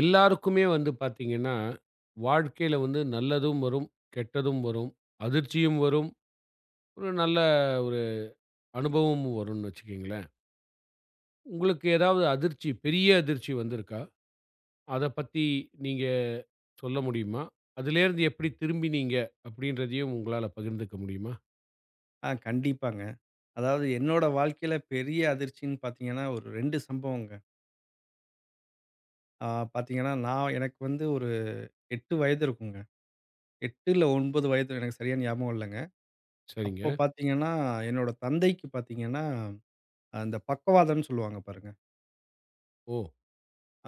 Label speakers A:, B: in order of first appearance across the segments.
A: எல்லாருக்குமே வந்து பார்த்தீங்கன்னா, வாழ்க்கையில வந்து நல்லதும் வரும், கெட்டதும் வரும், அதிர்ச்சியும் வரும், ஒரு நல்ல ஒரு அனுபவமும் வரும்னு வச்சுக்கங்களேன். உங்களுக்கு ஏதாவது அதிர்ச்சி, பெரிய அதிர்ச்சி வந்திருக்கா? அத பத்தி நீங்க சொல்ல முடியுமா? அதுலேருந்து எப்படி திரும்பினீங்க அப்படின்றதையும் உங்களால பகிர்ந்துக்க முடியுமா?
B: ஆ கண்டிப்பாங்க. அதாவது என்னோட வாழ்க்கையில பெரிய அதிர்ச்சின்னு பார்த்தீங்கன்னா, ஒரு 2 சம்பவங்க. ஆ பார்த்தீங்கன்னா, நான் எனக்கு வந்து ஒரு 8 வயது இருக்குங்க. 8 இல்ல 9 வயது எனக்கு சரியா ஞாபகம் இல்லங்க. அப்போ
A: சரிங்க.
B: பார்த்தீங்கன்னா, என்னோட தந்தைக்கு பார்த்தீங்கன்னா, அந்த பக்கவாதம்ன்னு சொல்லுவாங்க பாருங்க.
A: ஓ!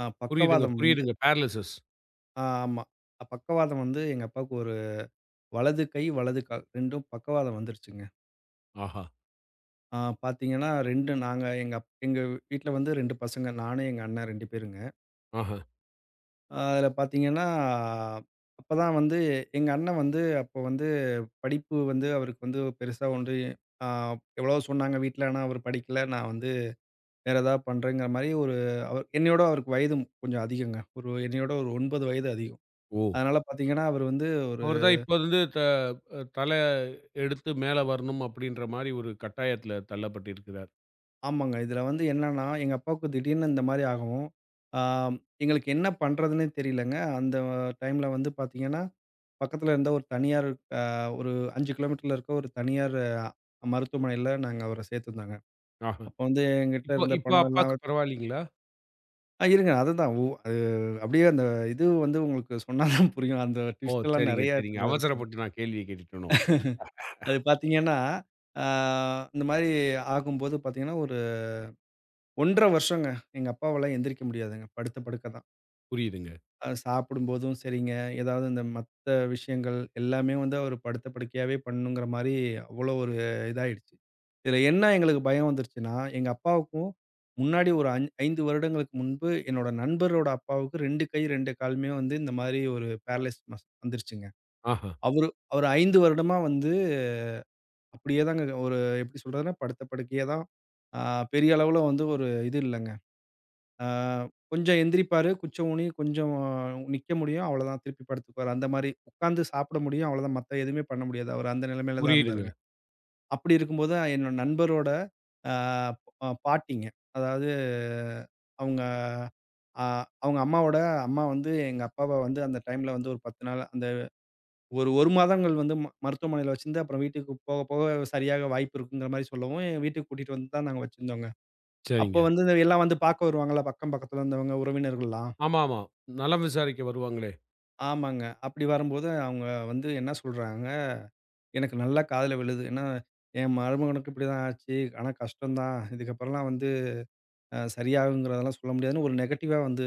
A: புரியுதுங்க,
B: பக்கவாதம் வந்து
A: புரியுதுங்க. பேரலிசிஸ்.
B: ஆமா. பக்கவாதம் வந்து எங்க அப்பாவுக்கு ஒரு வலது கை, வலது கால் 2ம் பக்கவாதம் வந்துருச்சுங்க.
A: ஆஹா!
B: ஆ பார்த்தீங்கன்னா, 2 நாங்க எங்க வீட்ல வந்து 2 பசங்க. நானு, எங்க அண்ணன் 2 பேருங்க.
A: ஆஹா!
B: அதில பார்த்தீங்கன்னா, அப்பதான் வந்து எங்க அண்ணன் வந்து அப்போ வந்து படிப்பு வந்து அவருக்கு வந்து பெருசா வந்து அ எவ்வளவோ சொன்னாங்க வீட்ல. ஆனா அவர் படிக்கல. நான் வந்து வேற ஏதாவது பண்றேங்கிற மாரி ஒரு அவர் என்னையோட அவருக்கு வயதும் கொஞ்சம் அதிகங்க. ஒரு என்னையோட ஒரு 9 வயது அதிகம்.
A: ஓ!
B: அதனால பார்த்தீங்கன்னா, அவர் வந்து ஒரு
A: அவர் தான் இப்ப வந்து தல எடுத்து மேல வரணும் அப்படின்ற மாரி ஒரு கட்டாயத்தில தள்ளப்பட்டிருக்கிறார்.
B: ஆமாங்க. இதில வந்து என்னன்னா, எங்க அப்பாவுக்கு திடீர்னு இந்த மாரி ஆகவும், ஆ எங்களுக்கு என்ன பண்றதுன்னே தெரியலங்க. அந்த டைம்ல வந்து பார்த்தீங்கன்னா பக்கத்துல இருந்த ஒரு தனியார் அ ஒரு 5 கிலோமீட்டர்ல இருக்க ஒரு தனியார் அஹ், மருத்துவமனையில நாங்க அவர சேர்த்திருந்தாங்க.
A: ஆஹ.
B: அப்போ வந்து என்கிட்ட
A: இப்போ
B: இருந்த
A: இப்போ
B: பணம் எல்லாம்
A: அப்பாக்கு
B: வச்சு-
A: பரவாயில்லைங்களா?
B: இருங்க அதுதான். ஓ அது அப்படியே அந்த இது வந்து உங்களுக்கு சொன்னா தான் புரியும். அந்த
A: ஓ!
B: ட்விஸ்ட் எல்லாம்
A: சரிங்க,
B: நெறைய
A: சரிங்க.
B: கொஞ்சம் இருக்கும்.
A: அவசரப்பட்டு நான் கேள்விய கேட்டுட்டேனோ!
B: அது பார்த்தீங்கன்னா, ஆ இந்த மாரி ஆகும்போது பார்த்தீங்கன்னா, ஒரு 1 1/2 வருஷங்க எங்க அப்பாவால எந்திரிக்க முடியாதுங்க. படுத்த படுக்க தான்.
A: புரியுதுங்க.
B: சாப்பிடும்போதும் சரிங்க, ஏதாவது இந்த மத்த விஷயங்கள் எல்லாமே வந்து அவரு படுத்த படுக்கையாவே பண்ணணுங்கிற மாரி அவ்வளோ ஒரு இதாயிடுச்சு. இதுல என்ன எங்களுக்கு பயம் வந்துருச்சுன்னா, எங்க அப்பாவுக்கும் முன்னாடி ஒரு 5 வருடங்களுக்கு முன்பு என்னோட நண்பரோட அப்பாவுக்கு 2 கை 2 காலுமே வந்து இந்த மாரி ஒரு பேரலைஸ் மஸ் வந்துருச்சுங்க.
A: ஆஹா.
B: அவரு அவரு 5 வருடமா வந்து அப்படியே தாங்க ஒரு எப்படி சொல்றதுன்னா, படுத்த படுக்கையா தான். ஆ பெரிய அளவுல வந்து ஒரு இது இல்லங்க. ஆ கொஞ்சம் எந்திரிப்பாரு, குச்சம் ஊனி கொஞ்சம் நிக்க முடியும், அவ்வளோதான் திருப்பி படுத்துக்குவாரு. அந்த மாரி உட்காந்து சாப்பிட முடியும், அவ்வளோதான். மத்த எதுவுமே பண்ண முடியாது. அவரு அந்த நிலைமையில தான்
A: புரியுதுங்க.
B: இருந்தாருங்க. அப்படி இருக்கும்போது என்னோட நண்பரோட ஆ அ பாட்டிங்க. அதாவது அவங்க அ அவங்க அம்மாவோட அம்மா வந்து எங்க அப்பாவ வந்து அந்த டைம்ல வந்து ஒரு 10 நாள் அந்த ஒரு 1 மாதங்கள் வந்து மருத்துவமனையில வச்சிருந்து அப்புறம் வீட்டுக்கு போக, போக சரியாக வாய்ப்பு இருக்குங்கிற மாரி சொல்லவும், என் வீட்டுக்கு கூட்டிட்டு வந்து தான் நாங்க வச்சிருந்தோங்க. அப்போ
A: சரிங்க.
B: வந்து இந்த எல்லாம் வந்து பார்க்க வருவாங்கல்ல, பக்கம் பக்கத்துல இருந்தவங்க, உறவினர்கள்லாம்.
A: ஆமாமா. நலம் விசாரிக்க வருவாங்களே!
B: ஆமாங்க. அப்படி வரும்போது அவங்க வந்து என்ன சொல்றாங்க, எனக்கு நல்லா காதுல விழுது. ஏன்னா, என் மருமகனுக்கு இப்படிதான் ஆச்சு. ஆனா கஷ்டம் தான். இதுக்கப்புறம்லாம் வந்து சரியாகுங்கிறதெல்லாம் சொல்ல முடியாதுன்னு ஒரு நெகட்டிவா வந்து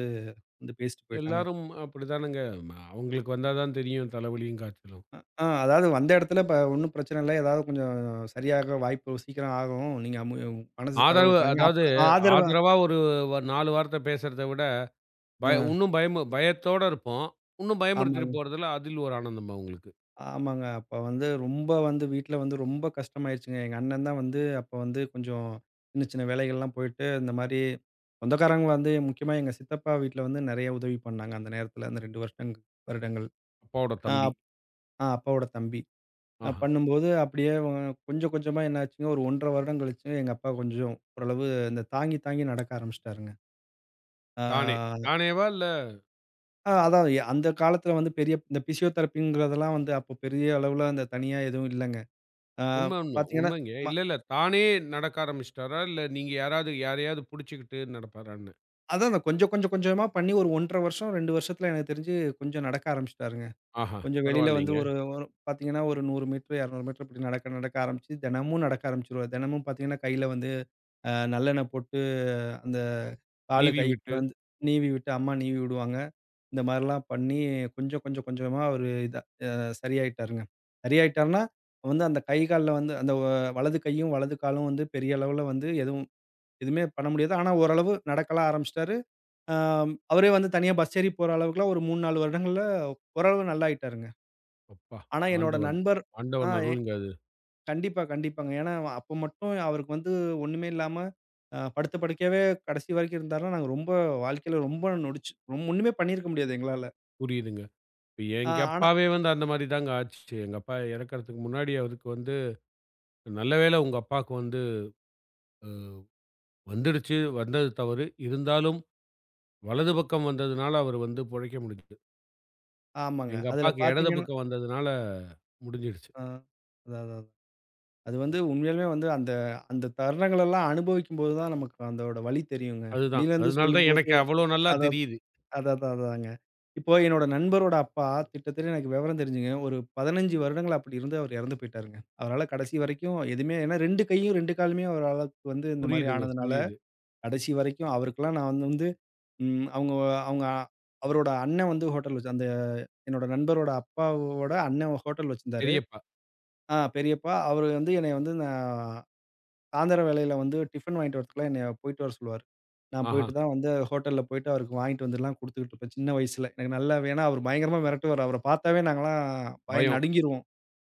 B: வந்து பேசிட்டு போயிட்டாங்க.
A: எல்லாரும் அப்படித்தானங்க. அவங்களுக்கு வந்தா தான் தெரியும் தலைவலியும், காய்ச்சலும்.
B: அ ஆ அதாவது வந்த இடத்துல இப்ப ஒண்ணும் பிரச்சனை இல்ல. ஏதாவது கொஞ்சம் சரியாக வாய்ப்பு சீக்கிரம் ஆகும். நீங்க மனசு தர
A: ஆதரவு
B: விட்டுறாதீங்க.
A: அதாவது
B: அப்ப ஆதரவா
A: ஆதரவா ஒரு 4 வார்த்தை பேசுறத விட,
B: ஆ
A: உன்னும் பயம் பயத்தோட இருப்போம். உன்னும் பயமுறுத்திட்டு
B: ஆமாங்க.
A: போறதில, அதில் ஒரு ஆனந்தம் அவங்களுக்கு.
B: ஆமாங்க. அப்ப வந்து ரொம்ப வந்து வீட்ல வந்து ரொம்ப கஷ்டமாயிருச்சுங்க. எங்க அண்ணன் தான் வந்து அப்ப வந்து கொஞ்சம் சின்ன, சின்ன வேலைகள்லாம் போயிட்டு, இந்த மாரி சொந்தக்காரங்க வந்து முக்கியமா எங்க சித்தப்பா வீட்ல வந்து நெறைய உதவி பண்ணாங்க. அந்த நேரத்துல அந்த 2 வருடங்கள்.
A: அப்பாவோட
B: ஆ
A: தம்பி.
B: அப் ஆ அப்பாவோட தம்பி.
A: ஆஹா.
B: பண்ணும்போது அப்படியே கொஞ்சம் கொஞ்சமா என்ன ஆச்சுங்க, ஒரு 1 1/2 வருடம் கழிச்சு எங்க அப்பா கொஞ்சம் ஓரளவு இந்த தாங்கி, தாங்கி நடக்க ஆரம்பிச்சுட்டாருங்க.
A: தானே.
B: ஆ
A: தானேவா? இல்ல
B: அ அதான் அந்த காலத்துல வந்து பெரிய இந்த பிசியோதெரபிங்கிறதெல்லாம் வந்து அப்போ பெரிய அளவுல அந்த தனியா எதுவும் இல்லங்க. ஆ
A: உண்ம, உண்ம.
B: பார்த்தீங்கன்னா,
A: உண்மைங்க.
B: ம
A: இல்ல, இல்ல. தானே நடக்க ஆரம்பிச்சுட்டாரா? இல்ல நீங்க யாரையாவது புடிச்சுக்கிட்டு நடப்பாரான்னு?
B: அதான் அதான் கொஞ்சம் கொஞ்சம் கொஞ்சமா பண்ணி ஒரு 1 1/2 வருஷம், 2 வருஷத்துல எனக்கு தெரிஞ்சு கொஞ்சம் நடக்க ஆரம்பிச்சுட்டாருங்க.
A: ஆஹா!
B: கொஞ்சம் வெளியில வந்து
A: பரவாயில்லைங்க.
B: ஒரு ஒரு பார்த்தீங்கன்னா, ஒரு 100 மீட்டர், 200 மீட்டர் இப்படி நடக்க நடக்க ஆரம்பிச்சு, தினமும் நடக்க ஆரம்பிச்சுருவாரு. தினமும் பார்த்தீங்கன்னா, கையில வந்து நல்லெண்ணெய் போட்டு அந்த காலு,
A: நீவி
B: கைக்கு
A: விட்டு,
B: வந்து நீவி விட்டு அம்மா நீவி விடுவாங்க. இந்த மாரிலாம் பண்ணி கொஞ்சம் கொஞ்சம் கொஞ்சமா அவரு இத சரியாயிட்டாருங்க. சரியாயிட்டாருன்னா, வந்து அந்த கை, கால்ல வந்து அந்த வலது கையும், வலது காலும் வந்து பெரிய அளவுல வந்து எதுவுமே பண்ண முடியாது. ஆனா ஓரளவு நடக்கலாம் ஆரம்பிச்சுட்டாரு. அ அவரே வந்து தனியா பஸ் ஏறி போற அளவுக்குலாம் ஒரு 3, 4 வருடங்கள்ல ஓரளவு நல்லாயிட்டாருங்க.
A: அப்பா!
B: ஆனா என்னோட
A: ஆண்டவன்
B: நண்பர் ஆ
A: ஆண்டவன்
B: எ
A: அருள்ங்க அது.
B: கண்டிப்பா, கண்டிப்பாங்க. ஏன்னா அப்ப மட்டும் அவருக்கு வந்து ஒண்ணுமே இல்லாம படுத்த படுக்கையாவே கடைசி வரைக்கும் இருந்தாருன்னா, நாங்க ரொம்ப வாழ்க்கையில ரொம்ப நொடிச்சு ஒண்ணுமே பண்ணியிருக்க முடியாது எங்களால.
A: புரியுதுங்க. இப்ப
B: ஆ
A: எங்க
B: ஆனா
A: அப்பாவே வந்து அந்த மாரி தாங்க ஆச்சு. எங்க அப்பா இறக்கறதுக்கு முன்னாடி அவருக்கு வந்து நல்ல வேளை உங்க அப்பாவுக்கு வந்து வந்துடுச்சு. வந்தது தவறு. இருந்தாலும் வலது பக்கம் வந்ததுனால அவரு வந்து பொழைக்க முடிஞ்சுது.
B: ஆமாங்க.
A: எங்க
B: அதுல
A: அப்பாவுக்கு இடது
B: பார்த்தீங்கன்னா
A: பக்கம் வந்ததுனால முடிஞ்சிடுச்சு.
B: ஆ அதான். அது வந்து உண்மையாலுமே வந்து அந்த அந்த தருணங்களெல்லாம் அனுபவிக்கும்போது தான் நமக்கு அதோட வலி தெரியுங்க.
A: அதுதான்.
B: வெளியிலேருந்து
A: அதனால தான்
B: சொல்லும்போது
A: எனக்கு அவ்வளோ நல்லா
B: அத
A: தெரியுது.
B: அதான் அதான் அதாங்க. இப்போ என்னோட நண்பரோட அப்பா கிட்டத்தட்ட எனக்கு விவரம் தெரிஞ்சுங்க, ஒரு 15 வருடங்கள் அப்படி இருந்து அவர் இறந்து போயிட்டாருங்க. அவரால கடைசி வரைக்கும் எதுவுமே ஏன்னா 2 கையும் 2 காலுமே அவரால வந்து இந்த மாரி
A: புரியுதுங்க,
B: ஆனதுனால,
A: புரியுது.
B: கடைசி வரைக்கும் அவருக்கெல்லாம் நான் வந்து வந்து அவங்க அவங்க அவரோட அண்ணன் வந்து ஹோட்டல் வச்சு அந்த என்னோட நண்பரோட அப்பாவோட அண்ணன் ஹோட்டல் வச்சிருந்தாரு.
A: பெரியப்பா.
B: பெரியப்பா அவரு வந்து என்னைய வந்து நான் சாயந்தரம் வேளையில வந்து டிஃபன் வாங்கிட்டு வரதுக்குலாம் என்னைய போயிட்டு வர சொல்லுவாரு. நான்
A: ஆஹா!
B: போயிட்டு தான் வந்து ஹோட்டல்ல போயிட்டு அவருக்கு வாங்கிட்டு வந்துலாம் குடுத்துக்கிட்டு இருப்பேன் சின்ன வயசுல. எனக்கு நல்லா ஏன்னா அவரு பயங்கரமா மிரட்டுவாரு. அவர பார்த்தாவே நாங்கலாம் பயந்து
A: பயம்.
B: நடுங்கிருவோம்.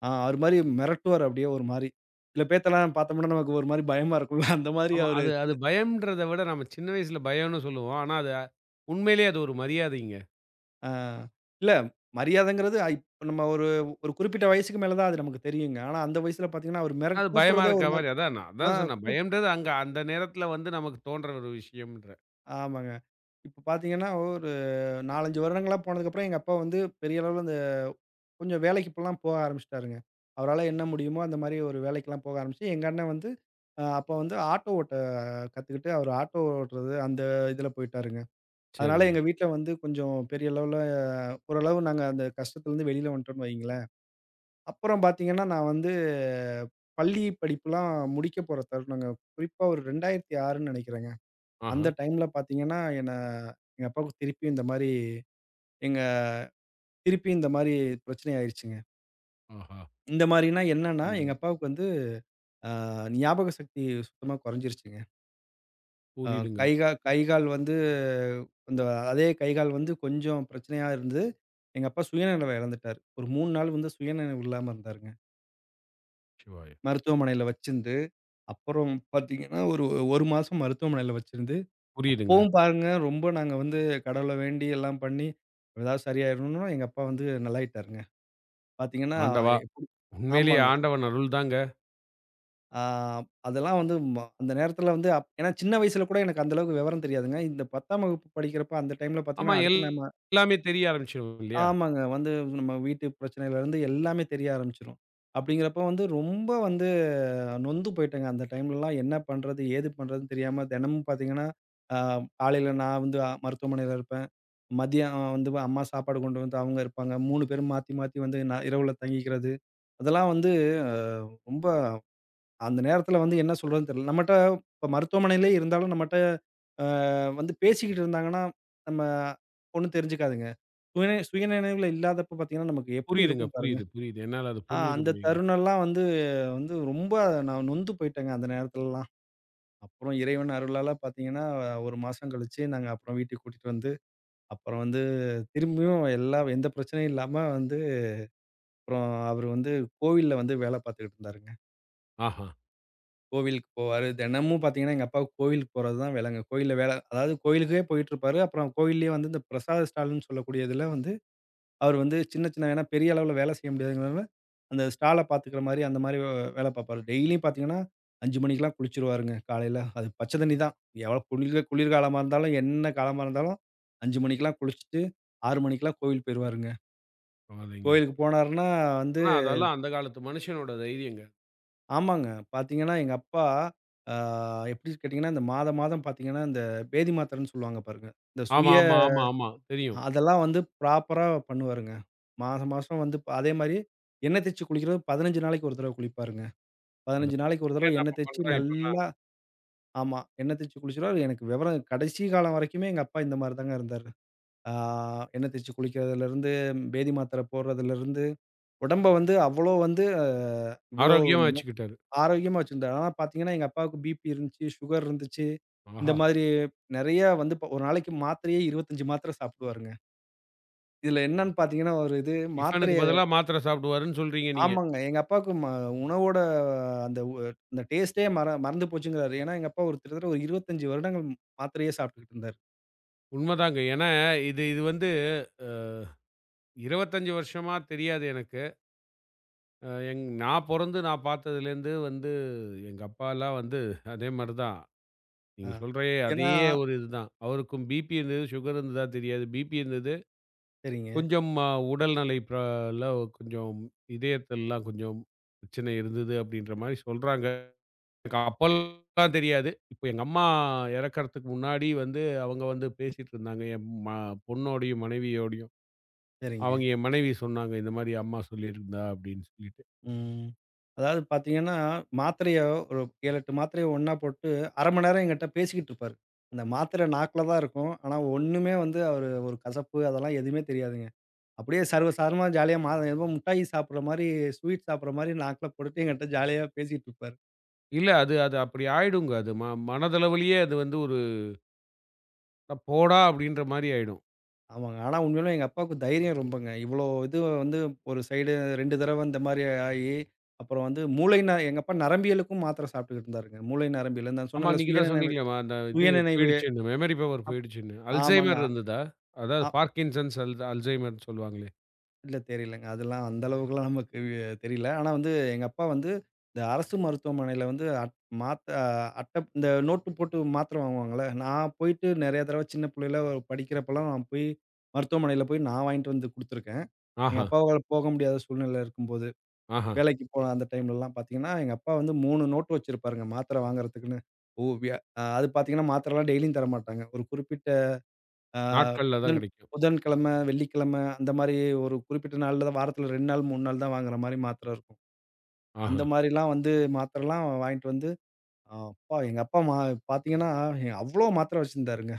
B: அவரு மாரி மிரட்டுவாரு அப்படியே ஒரு மாரி. சில பேத்தெல்லாம் பார்த்தோம்னா நமக்கு ஒரு மாரி பயமா இருக்கும்ல. அந்த மாரி
A: ஆமா.
B: அவரு
A: அது அது
B: சின்ன
A: பயம்ன்றத விட நம்ம சின்ன வயசுல பயம்ன்னு சொல்லுவோம். ஆனா அது உண்மையிலேயே அது ஒரு மரியாதைங்க.
B: ஆ இல்ல மரியாதைங்கிறது நம்ம ஒரு ஒரு குறிப்பிட்ட வயசுக்கு மேல தான் அது நமக்கு தெரியுங்க. ஆனா அந்த வயசுல பார்த்தீங்கன்னா, அவரு
A: அது பயமா
B: கூப்பிடுறதே ஒரு
A: இருக்கா
B: மாரி
A: மாரி. அதான் நான்
B: ஆ
A: அதான் சொன்னேன்.
B: கூப்
A: பயம்ன்றது அங்க அந்த நேரத்துல வந்து நமக்கு தோன்ற ஒரு விஷயம்ன்ற.
B: ஆமாங்க. இப்ப பார்த்தீங்கன்னா, ஒரு 4, 5 வருடங்களா போனதுக்கப்புறம் எங்க அப்பா வந்து பெரிய அளவுல கொஞ்சம் வேலைக்கு இப்பலாம் போக ஆரம்பிச்சுட்டாருங்க. அவரால என்ன முடியுமோ அந்த மாரி ஒரு வேலைக்கெல்லாம் போக ஆரம்பிச்சு, எங்க அண்ணன் வந்து அப்ப வந்து ஆட்டோ ஓட்ட கத்துக்கிட்டு, அவரு ஆட்டோ ஓட்டுறது அந்த இதுல போயிட்டாருங்க. அதனால
A: சரிங்க.
B: எங்க வீட்ல வந்து கொஞ்சம் பெரிய லெவல்ல ஓரளவு நாங்க அந்த கஷ்டத்துலருந்து வெளில வந்துட்டோம்ன்னு வைங்களேன். அப்புறம் பார்த்தீங்கன்னா, நான் வந்து பள்ளி படிப்புலாம் முடிக்க போற தருணங்க. குறிப்பா ஒரு 2006ன்னு நெனைக்கிறேங்க.
A: ஆஹா!
B: அந்த டைம்ல பார்த்தீங்கன்னா, என்ன எங்க அப்பாவுக்கு திருப்பியும் இந்த மாரி எங்க திருப்பியும் இந்த மாரி பிரச்சனை ஆயிருச்சுங்க.
A: ஆஹா!
B: இந்த மாரினா என்னன்னா, எங்க
A: ஆண்டவா!
B: அப்பாவுக்கு வந்து அ ஞாபக சக்தி சுத்தமா குறைஞ்சிருச்சுங்க. அ
A: புரியுதுங்க.
B: கை கா கை கால் வந்து அந்த அதே கை கால் வந்து கொஞ்சம் பிரச்சனையா இருந்து, எங்க அப்பா சுயநினைவ இழந்துட்டாரு. ஒரு 3 நாள் வந்து சுயநினைவு இல்லாம இருந்தாருங்க.
A: சிவாய!
B: மருத்துவமனையில வச்சிருந்து, அப்புறம் பார்த்தீங்கன்னா, ஒரு 1 மாசம் மருத்துவமனையில வச்சிருந்து,
A: புரியுதுங்க.
B: அப்பவும் பாருங்க ரொம்ப நாங்க வந்து கடவுள வேண்டி எல்லாம் பண்ணி, ஏதாவது சரியாயிரணும்னு எங்க அப்பா வந்து நல்லாயிட்டாருங்க. பார்த்தீங்கன்னா,
A: ஆண்டவா!
B: எப்டி
A: உண்மையிலேயே
B: ஆமாங்க.
A: ஆண்டவன் அருள் தாங்க.
B: ஆ அதெல்லாம் வந்து அந்த நேரத்தில வந்து ஏன்னா சின்ன வயசுல கூட எனக்கு அந்த அளவுக்கு விவரம் தெரியாதுங்க. இந்த 10ஆம் வகுப்பு படிக்கிறப்ப அந்த டைம்ல
A: ஆமா
B: பார்த்தீங்கன்னா,
A: எல்-
B: அடுத்து நம்ம
A: எல்லாமே தெரிய ஆரம்பிச்சுரும் இல்லையா?
B: ஆமாங்க. வந்து நம்ம வீட்டு பிரச்சனையிலருந்து எல்லாமே தெரிய ஆரம்பிச்சுரும். அப்படிங்கிறப்ப வந்து ரொம்ப வந்து நொந்து போயிட்டேங்க. அந்த டைம்லலாம் என்ன பண்றது? ஏது பண்றதுன்னு தெரியாம தினமும் பார்த்தீங்கன்னா, ஆ காலையில நான் வந்து மருத்துவமனையில இருப்பேன். மதியம் வந்து அம்மா சாப்பாடு கொண்டு வந்து அவங்க இருப்பாங்க. 3 பேரும் மாத்தி மாத்தி வந்து நான் இரவுல தங்கிக்கிறது. அதெல்லாம் வந்து அ ரொம்ப அந்த நேரத்துல வந்து என்ன சொல்றதுன்னு தெரியல. நம்மட்ட இப்ப மருத்துவமனையிலே இருந்தாலும் நம்மட்ட அ வந்து பேசிக்கிட்டு இருந்தாங்கன்னா, நம்ம ஒண்ணும் தெரிஞ்சுக்காதுங்க. சுயநினைவுல இல்லாதப்ப பார்த்தீங்கன்னா, நமக்கு எப்படி
A: புரியுதுங்க.
B: இருக்கும் பாருங்க.
A: புரியுது, புரியுது. என்னால அத புரிஞ்சுக்க
B: அந்த
A: முடியுங்க.
B: தருணம்லாம் வந்து வந்து ரொம்ப நான் நொந்து போயிட்டேங்க அந்த நேரத்துலலாம். அப்புறம் இறைவன் அருளால பார்த்தீங்கன்னா, ஒரு மாசம் கழிச்சு நாங்க அப்புறம் வீட்டுக்கு கூட்டிட்டு வந்து, அப்புறம் வந்து திரும்பியும் எந்த பிரச்சனையும் இல்லாம வந்து அப்புறம் அவரு வந்து கோவில்ல வந்து வேலை பார்த்துக்கிட்டு இருந்தாருங்க.
A: ஆஹா!
B: கோவிலுக்கு போவாரு. தினமும் பார்த்தீங்கன்னா, எங்க அப்பாவுக்கு கோவிலுக்கு போறது தான் வேலைங்க. கோயில்ல வேல அதாவது கோயிலுக்கே போயிட்டுருப்பாரு. அப்புறம் கோயில்லயே வந்து இந்த பிரசாத ஸ்டால்ன்னு சொல்லக்கூடிய இதுல வந்து, அவர் வந்து சின்ன சின்ன ஏன்னா பெரிய அளவுல வேலை செய்ய முடியாதுங்கிறனால, அந்த ஸ்டால பார்த்துக்கிற மாரி அந்த மாரி வேலை பார்ப்பாரு. டெய்லியும் பார்த்தீங்கன்னா, 5 மணிக்கெல்லாம் குளிச்சுருவாருங்க காலையில. அது பச்ச தண்ணி தான். எவ்வளோ குளிர் குளிர்காலமா இருந்தாலும், என்ன காலமா இருந்தாலும் 5 மணிக்கெல்லாம் குளிச்சுட்டு, 6 மணிக்கெல்லாம் கோவில் போயிருவாருங்க.
A: பரவாயில்லைங்க.
B: கோயிலுக்கு போனாருன்னா வந்து
A: ஆனா அதெல்லாம் அந்த காலத்து மனுஷனோட தைரியங்க.
B: ஆமாங்க. பாத்தீங்கன்னா, எங்க அப்பா ஆ எப்படி கேட்டீங்கன்னா, இந்த மாதம் பாத்தீங்கன்னா, இந்த பேதி மாத்திரைன்னு சொல்லுவாங்க பாருங்க. இந்த சுய
A: ஆமா, ஆமா, ஆமா, ஆமா. தெரியும்.
B: அதெல்லாம் வந்து ப்ராப்பரா பண்ணுவாருங்க. மாசம் மாசம் வந்து அதேமாரி எண்ணெய் தேச்சு குளிக்கிறது 15 நாளைக்கு ஒரு தடவ குளிப்பாருங்க. 15
A: அதான்.
B: நாளைக்கு ஒரு தடவ
A: எங்கங்க
B: எண்ணெய்
A: நம்ம
B: தேச்சு
A: பண்றோம் இப்பல்லாம்.
B: நல்லா ஆமா. எண்ணெய் தேச்சு குளிச்சிருவாரு. எனக்கு விவரம் கடைசி காலம் வரைக்குமே எங்க அப்பா இந்த மாரி தாங்க இருந்தாரு. ஆ எண்ணெய் தேச்சு குளிக்கிறதுலருந்து, பேதி மாத்திரை போடுறதுலருந்து, உடம்ப வந்து அவ்வளோ வந்து இவ்வளோ
A: ஆரோக்கியமா வச்சுக்கிட்டாரு.
B: ஆரோக்கியமா வச்சிருந்தாரு. ஆனா பார்த்தீங்கன்னா, எங்க அப்பாவுக்கு பிபி இருந்துச்சு, சுகர் இருந்துச்சு. இந்த
A: ஆஹா!
B: மாதிரி நெறைய வந்து இப்ப ஒரு நாளைக்கு மாத்திரையே 25 மாத்திரை சாப்பிடுவாருங்க. இதுல என்னன்னு பார்த்தீங்கன்னா, ஒரு இது
A: டிஃபனுக்கு
B: மாத்திரைய
A: பதிலா மாத்திரை சாப்பிடுவாருன்னு சொல்றீங்க நீங்க.
B: ஆமாங்க. எங்க அப்பாவுக்கு உணவோட அந்த உ அந்த டேஸ்ட்டே மறந்து போச்சுங்கிறாரு. ஏன்னா, எங்க அப்பா ஒரு கிட்டத்தட்ட ஒரு 25 வருடங்கள் மாத்திரையே சாப்பிட்டுக்கிட்டு இருந்தாரு.
A: உண்மதாங்க. ஏன்னா இது இது வந்து அ 25 வருஷமா தெரியாது எனக்கு. அ எங் நான் பொறந்து நான் பார்த்ததுலேருந்து வந்து எங்க அப்பாலாம் வந்து அதே மாரி தான்.
B: ஆ.
A: நீங்க சொல்ற அதே
B: ஏன்னா
A: ஒரு இதுதான். அவருக்கும் பிபி இருந்தது, சுகர் இருந்ததா தெரியாது. பிபி இருந்தது.
B: சரிங்க,
A: கொஞ்சம் உடல்நிலை பிர ல கொஞ்சம் இதயத்தல்லாம் கொஞ்சம் பிரச்சனை இருந்தது அப்படின்ற மாரி சொல்றாங்க. எனக்கு அப்பல்லாம் தெரியாது. இப்ப எங்க அம்மா இறக்கறதுக்கு முன்னாடி வந்து, அவங்க வந்து பேசிட்டு இருந்தாங்க. என் ம பொண்ணோடையும், மனைவியோடையும்.
B: சரிங்க.
A: அவங்க என் மனைவி சொன்னாங்க, "இந்த மாரி அம்மா சொல்லியிருந்தா" அப்படின்னு சொல்லிட்டு.
B: ம். அதாவது பார்த்தீங்கன்னா, மாத்திரைய ஒரு 7, 8 மாத்திரைய ஒண்ணா போட்டு 1/2 மணி நேரம் என்கிட்ட பேசிக்கிட்டு இருப்பாரு. அந்த மாத்திரை நாக்குல தான் இருக்கும். ஆனா ஒண்ணுமே வந்து அவரு ஒரு கசப்பு அதெல்லாம் எதுவுமே தெரியாதுங்க. அப்படியே சர்வசாதாரணமா ஜாலியா ஏதோ முட்டாய் சாப்பிடுற மாரி, ஸ்வீட் சாப்பிடுற மாரி நாக்குல போட்டுட்டு என்கிட்ட ஜாலியா பேசிட்டு இருப்பாரு.
A: இல்ல அது அது அப்படி ஆயிடுங்க. அது ம மனதளவிலேயே அது வந்து ஒரு "அட போடா அப்படின்ற மாரி ஆயிடும்.
B: ஆமாங்க. ஆனா உண்மையிலே எங்க அப்பாவுக்கு தைரியம் ரொம்பங்க. இவ்வளோ இது வந்து ஒரு சைடு 2 தடவ இந்த மாரி ஆயி, அப்புறம் வந்து மூளை ந எங்க அப்பா நரம்பியலுக்கும் மாத்திரை சாப்பிட்டுக்கிட்டு இருந்தாருங்க. மூளை நரம்பியல். நான்
A: ஆமா
B: சொன்னேன்ல
A: நீங்க தான்
B: சுயநினைவு
A: சொன்னீங்களேம்மா, அந்த இது
B: சுயநினைவு.
A: போயிடுச்சுன்னு, மெமரி பவர் போயிடுச்சுன்னு.
B: ஆமாங்க.
A: அல்சைமர் இருந்ததா?
B: ஆ
A: அதாவது பார்கின்சன்ஸ், அல்சைமர்ன்னு சொல்லுவாங்களே.
B: இல்ல தெரியலங்க. அதெல்லாம் அந்த அளவுக்குலாம் நமக்கு தெரியல. ஆனா வந்து எங்க அப்பா வந்து இந்த அரசு மருத்துவமனையில வந்து மாத்த அட்ட இந்த நோட்டு போட்டு மாத்திரை வாங்குவாங்கல்ல, நான் போயிட்டு நெறைய தடவ சின்ன பிள்ளையில படிக்கிறப்பலாம் நான் போய் மருத்துவமனையில போய் நான் வாங்கிட்டு வந்து குடுத்துருக்கேன். எங்க
A: ஆஹா,
B: அப்பாவால போக முடியாத சூழ்நிலை இருக்கும்போது,
A: ஆஹா.
B: வேலைக்கு போன அந்த டைம்லலாம் பார்த்தீங்கன்னா, எங்க அப்பா வந்து 3 நோட்டு வச்சிருப்பாருங்க மாத்திரை வாங்குறதுக்குன்னு. ஓ! வியா அது பார்த்தீங்கன்னா மாத்திரைலாம் டெய்லியும் தரமாட்டாங்க. ஒரு குறிப்பிட்ட ஆ
A: நாட்கள்ல தான்
B: புதன்
A: கிடைக்கும்.
B: புதன்கிழமை, வெள்ளிக்கிழமை அந்த மாரி ஒரு குறிப்பிட்ட நாள்ல தான் வாரத்துல 2 நாள், 3 நாள் தான் வாங்குற மாரி மாத்திரை இருக்கும். அந்த
A: ஆஹா.
B: மாரிலாம் வந்து மாத்திரைலாம் வாங்கிட்டு வந்து, அ அப்பா எங்க அப்பா மா பார்த்தீங்கன்னா, அவ்ளோ மாத்திரை வச்சிருந்தாருங்க.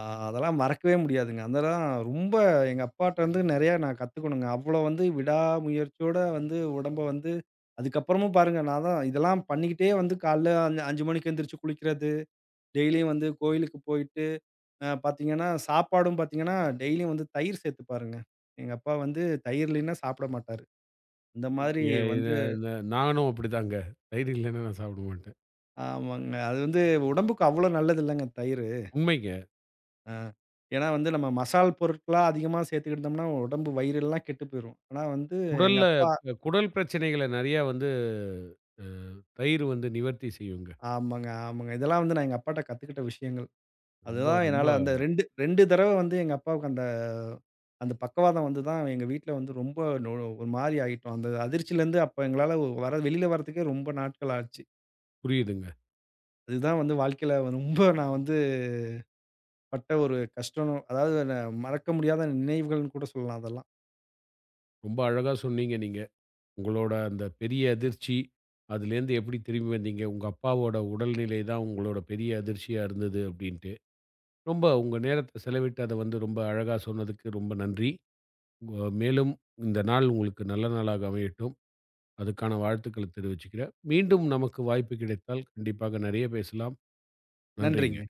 B: அ அதெல்லாம் மறக்கவே முடியாதுங்க. அதெல்லாம் ரொம்ப எங்க அப்பாட்டருந்து நெறையா நான் கத்துக்கணுங்க. அவ்ளோ வந்து விடாமுயற்சியோட வந்து உடம்ப வந்து அதுக்கப்புறமும் பாருங்க, நான் தான் இதெல்லாம் பண்ணிக்கிட்டே வந்து காலைல 5 மணிக்கு எந்திரிச்சு குளிக்கிறது, டெய்லியும் வந்து கோயிலுக்கு போயிட்டு பாத்தீங்கன்னா, சாப்பாடும் பாத்தீங்கன்னா, டெய்லியும் வந்து தயிர் சேத்துப்பாருங்க. எங்க அப்பா வந்து தயிர் இல்லைன்னா சாப்பிட மாட்டாரு. இந்த மாதிரி
A: ஏ
B: வந்து
A: இத இல்ல நானும் அப்படிதாங்க. தயிர் இல்லன்னா நான் சாப்பிட மாட்டேன்.
B: ஆமாங்க. அது வந்து உடம்புக்கு அவ்வளோ நல்லதில்லங்க தயிரு.
A: உண்மைங்க.
B: அ ஏன்னா வந்து நம்ம மசால் பொருட்களா அதிகமா சேர்த்துக்கிட்டோம்னா, உடம்பு வயிறெல்லாம் கெட்டு போயிரும். ஆனா வந்து எங்க
A: குடல்ல
B: அப்பா
A: குடல் பிரச்சனைகள நெறையா வந்து அ தயிர் வந்து நிவர்த்தி செய்யுங்க.
B: ஆமாங்க, ஆமாங்க. இதெல்லாம் வந்து நான் எங்க அப்பாட்ட கத்துக்கிட்ட விஷயங்கள்.
A: ரொம்ப
B: அதுதான்
A: ரொம்ப
B: என்னால அந்த 2 தடவ வந்து எங்க அப்பாவுக்கு அந்த அந்த பக்கவாதம் வந்து தான் எங்க வீட்ல வந்து ரொம்ப நொ ஒரு மாரி ஆயிட்டோம். அந்த அதிர்ச்சியிலருந்து அப்ப எங்களால ஒ- வர வெளில வரதுக்கே ரொம்ப நாட்கள் ஆச்சு.
A: புரியுதுங்க.
B: அதுதான் வந்து வாழ்க்கையில ரொம்ப நான் வந்து பட்ட ஒரு கஷ்டம். அதாவது நான் மறக்க முடியாத நினைவுகள்னு கூட சொல்லலாம் அதெல்லாம்.
A: ரொம்ப அழகா சொன்னீங்க நீங்க. உங்களோட அந்த பெரிய அதிர்ச்சி, அதுலேருந்து எப்படி திரும்பி வந்தீங்க? உங்க அப்பாவோட உடல்நிலை தான் உங்களோட பெரிய அதிர்ச்சியா இருந்தது அப்படின்ட்டு. ரொம்ப உங்க நேரத்த செலவிட்டு அத வந்து ரொம்ப அழகா சொன்னதுக்கு ரொம்ப நன்றி. உங்க மேலும் இந்த நாள் உங்களுக்கு நல்ல நாளாக அமையட்டும். அதுக்கான வாழ்த்துக்கள தெரிவிச்சுக்கிறேன். மீண்டும் நமக்கு வாய்ப்பு கிடைத்தால் கண்டிப்பாக நெறைய பேசலாம். நன்றிங்க.
B: நன்றிங்க.